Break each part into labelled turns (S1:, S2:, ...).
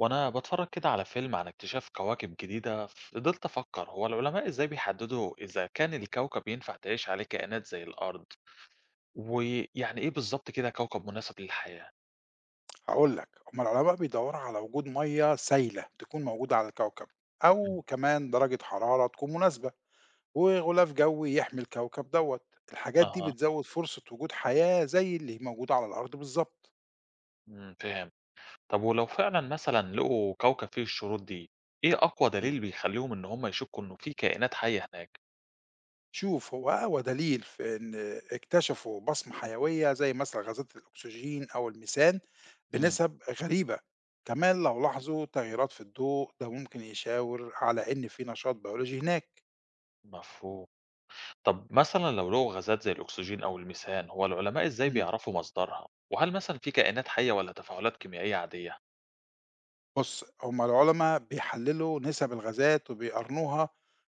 S1: وأنا بتفرج كده على فيلم عن اكتشاف كواكب جديدة، فضلت أفكر هو العلماء إزاي بيحددوا إذا كان الكوكب ينفع تعيش عليه كائنات زي الأرض؟ ويعني إيه بالظبط كده كوكب مناسب للحياة؟
S2: هاقول لك، هم العلماء بيدوّروا على وجود مَيّة سايلة تكون موجودة على الكوكب،
S1: مم.
S2: أو كمان درجة حرارة تكون مناسبة، وغلاف جوي يحمي الكوكب دوّة، الحاجات دي
S1: أها.
S2: بتزوّد فرصة وجود حياة زي اللي موجودة على الأرض بالضبط.
S1: فاهم. طب ولو فعلا مثلا لقوا كوكب فيه الشروط دي، إيه أقوى
S2: إمم.
S1: دليل بيخليهم إن هم يشكوا إنه في كائنات حية هناك؟
S2: شوف هو أقوى دليل في إن اكتشفوا بصمة حيوية زي مثلًا غازات الأكسجين أو الميثان
S1: مم.
S2: بنسب غريبة، كمان لو لاحظوا تغييرات في الضوء ده ممكن يشاور على إن في نشاط بيولوجي هناك.
S1: مفهوم. طب مثلا لو لقوا غازات زي الأكسجين أو الميثان، هو العلماء إزاي
S2: إمم.
S1: بيعرفوا مصدرها؟ وهل مثلا في كائنات حية ولا تفاعلات كيميائية عادية؟
S2: بُص، هم العُلَما بيحلّلوا نِسَب الغازات وبيقارنوها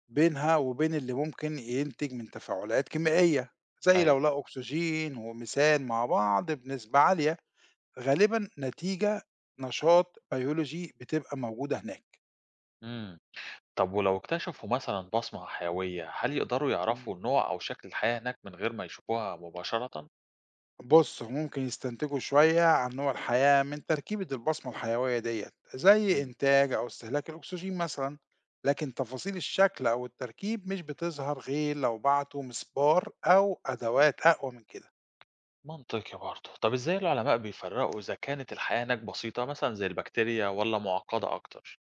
S2: بينها وبين اللي ممكن ينتج من تفاعلات كيميائية، زي
S1: أيوه.
S2: لو لقوا أكسجين وميثان مع بعض بنسبة عالية، غالبًا نتيجة نشاط بيولوجي بتبقى موجودة هناك.
S1: امم طب ولو اكتشفوا مثلا بصمة حيوية، هل يقدروا يعرفوا النوع أو شكل الحياة هناك من غير ما يشوفوها مباشرة؟
S2: بُص، هو ممكن يستنتجوا شوية عن نوع الحياة من تركيبة البصمة الحيوية ديّة، زي
S1: مم.
S2: إنتاج أو استهلاك الأكسجين مثلًا، لكن تفاصيل الشكل أو التركيب مش بتظهر غير لو بعتوا مسبار أو أدوات أقوى من كده.
S1: منطقي برضه. طب ازاي العلماء بيفرقوا إذا كانت الحياة هناك بسيطة مثلا زي البكتيريا ولا معقدة أكتر؟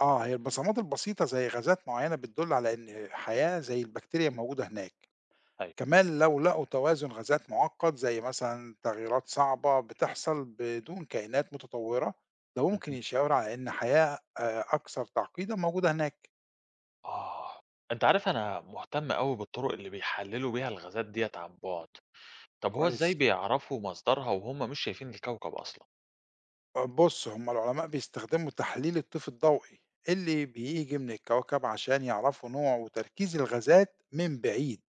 S2: هي البصمات البسيطة زي غازات معينة بتدل على إن حياة زي البكتيريا موجودة هناك.
S1: أيوة.
S2: كمان لو لقوا توازن غازات معقد زي مثلا تغييرات صعبة بتحصل بدون كائنات متطورة، ده
S1: مم.
S2: ممكن يشاور على إن حياة أكثر تعقيدا موجودة هناك.
S1: آه، أنت عارف أنا مهتم أوي بالطرق اللي بيحللوا بيها الغازات ديت عن بعد. طب هو ازاي
S2: كويس.
S1: بيعرفوا مصدرها وهم مش شايفين الكوكب أصلا؟
S2: بص هم العلماء بيستخدموا تحليل الطيف الضوئي اللي بيجي من الكوكب عشان يعرفوا نوع وتركيز الغازات من بعيد.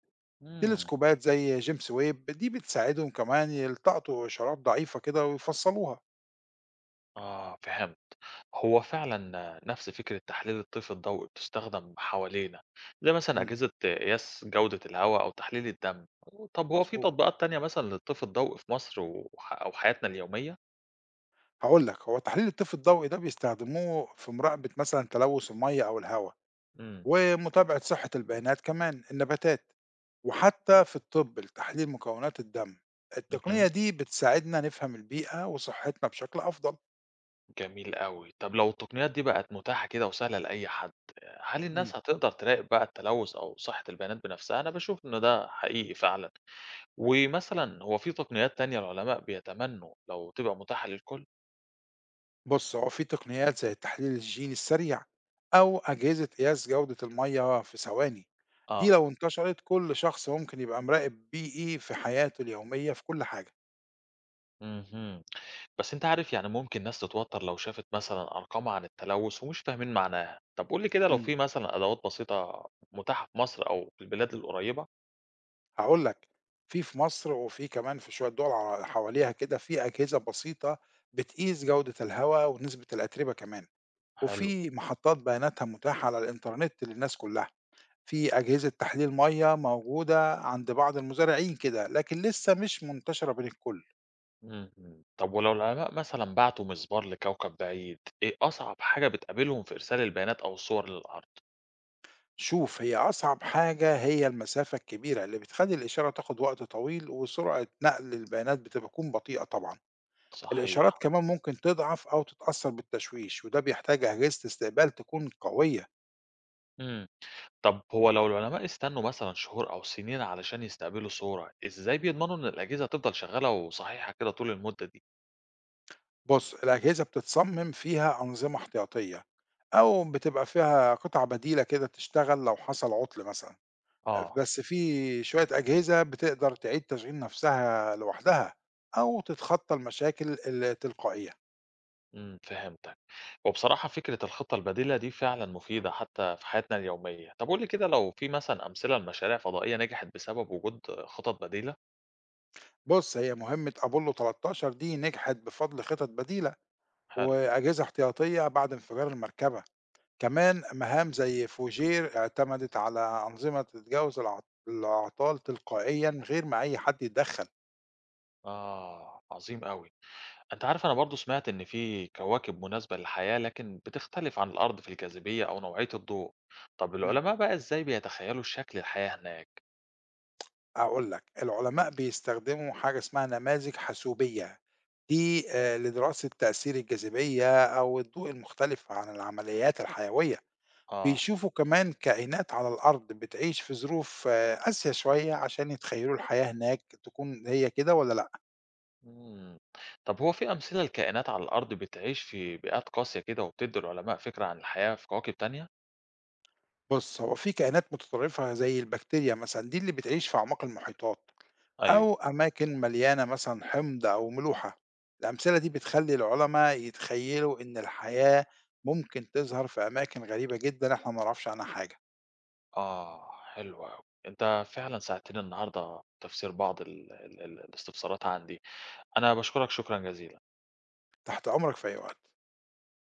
S1: امم
S2: تلسكوبات زي جيمس ويب دي بتساعدهم كمان يلتقطوا إشارات ضعيفة كده ويفصلوها.
S1: آه، فهمت. هو فعلًا نفس فكرة تحليل الطيف الضوئي بتستخدم حوالينا، زي مثلًا
S2: مم،
S1: أجهزة قياس جودة الهوا أو تحليل الدم. طب هو في
S2: مظبوط.
S1: تطبيقات تانية مثلًا للطيف الضوئي في مصر وح أو حياتنا اليومية؟
S2: هاقول لك، هو التحليل الطفّي الضوئي ده بيستخدموه في مراقبة مثلًا تلوث المَيّة أو الهوا،
S1: إمم.
S2: ومتابعة صحة البيانات كمان، النباتات، وحتى في الطِب لتحليل مكونات الدم. التقنية
S1: اهم.
S2: دي بتساعدنا نفهم البيئة وصحتنا بشكل أفضل.
S1: جميل أوي. طب لو التقنيات دي بقت متاحة كده وسهلة لأي حد، هل
S2: إمم.
S1: الناس هتقدر تراقب بقى التلوث أو صحة البيانات بنفسها؟ أنا باشوف إن ده حقيقي فعلًا. ومثلًا هو في تقنيات تانية العلماء بيتمنوا لو تبقى متاحة للكل؟
S2: بُص، هو في تقنيات زي التحليل الجيني السريع أو أجهزة قياس جودة المَيّة في ثواني، دي
S1: آه.
S2: لو انتشرت كل شخص ممكن يبقى مراقب بيئي في حياته اليومية في كل حاجة.
S1: اهم. بس أنت عارف يعني ممكن ناس تتوتر لو شافت مثلًا أرقام عن التلوث ومش فاهمين معناها، طب قُل لي كده لو
S2: إمم.
S1: في مثلًا أدوات بسيطة متاحة في مصر أو في البلاد القريبة؟
S2: هاقول لك، في مصر وفي كمان في شوية دول ع حواليها كده في أجهزة بسيطة بتقيس جودة الهوا ونسبة الأتربة كمان،
S1: حلو.
S2: وفي محطات بياناتها متاحة على الإنترنت للناس كلها، في أجهزة تحليل مَيّة موجودة عند بعض المزارعين كده، لكن لسه مش منتشرة بين الكل.
S1: اهم. طب ولو العلماء مثلًا بعتوا مسبار لكوكب بعيد، إيه أصعب حاجة بتقابلهم في إرسال البيانات أو الصور للأرض؟
S2: شوف هي أصعب حاجة هي المسافة الكبيرة اللي بتخلّي الإشارة تاخد وقت طويل وسرعة نقل البيانات بتكون بطيئة طبعًا. الإشارات
S1: صحيح.
S2: كمان ممكن تضعف أو تتأثر بالتشويش وده بيحتاج أجهزة استقبال تكون قوية.
S1: إمم. طب هو لو العلماء استنوا مثلًا شهور أو سنين علشان يستقبلوا صورة، إزاي بيضمنوا إن الأجهزة هتفضل شغالة وصحيحة كده طول المدة دي؟
S2: بص الأجهزة بتتصمم فيها أنظمة احتياطية أو بتبقى فيها قطع بديلة كده تشتغل لو حصل عطل مثلا.
S1: آه.
S2: بس في شوية أجهزة بتقدر تعيد تشغيل نفسها لوحدها أو تتخطى المشاكل التلقائية.
S1: إمم، فهمتك. وبصراحة فكرة الخطة البديلة دي فعلًا مفيدة حتى في حياتنا اليومية. طب قُل لي كده لو في مثلًا أمثلة لمشاريع فضائية نجحت بسبب وجود خطط بديلة؟
S2: بص هي مهمة أبولو 13 دي نجحت بفضل خطط بديلة
S1: حلو.
S2: وأجهزة احتياطية بعد انفجار المركبة. كمان مهام زي فوجير اعتمدت على أنظمة تتجاوز الأعطال تلقائيا من غير ما أي حد يتدخل.
S1: آه، عظيم أوي. أنت عارف أنا برضه سمعت إن في كواكب مناسبة للحياة لكن بتختلف عن الأرض في الجاذبية أو نوعية الضوء. طب العلماء
S2: مهم.
S1: بقى إزاي بيتخيلوا شكل الحياة هناك؟
S2: أقول لك العلماء بيستخدموا حاجة اسمها نماذج حاسوبية، دي لدراسة تأثير الجاذبية أو الضوء المختلف عن العمليات الحيوية.
S1: آه.
S2: بيشوفوا كمان كائنات على الأرض بتعيش في ظروف قاسية شوية عشان يتخيلوا الحياة هناك تكون هي كده ولا لأ.
S1: إمم. طب هو في أمثلة لكائنات على الأرض بتعيش في بيئات قاسية كده وبتدّي العلماء فكرة عن الحياة في كواكب تانية؟
S2: بص هو في كائنات متطرفة زي البكتيريا مثلا دي اللي بتعيش في أعماق المحيطات
S1: أيوه.
S2: أو أماكن مليانة مثلًا حمض أو ملوحة. الأمثلة دي بتخلّي العلماء يتخيّلوا إن الحياة ممكن تظهر في أماكن غريبة جدًا إحنا ما نعرفش عنها حاجة.
S1: آه، حلو أوي. أنت فعلًا ساعدتني النهارده في تفسير بعض ال ال ال الاستفسارات عندي. أنا باشكرك شكرًا جزيلًا.
S2: تحت أمرك في أي وقت.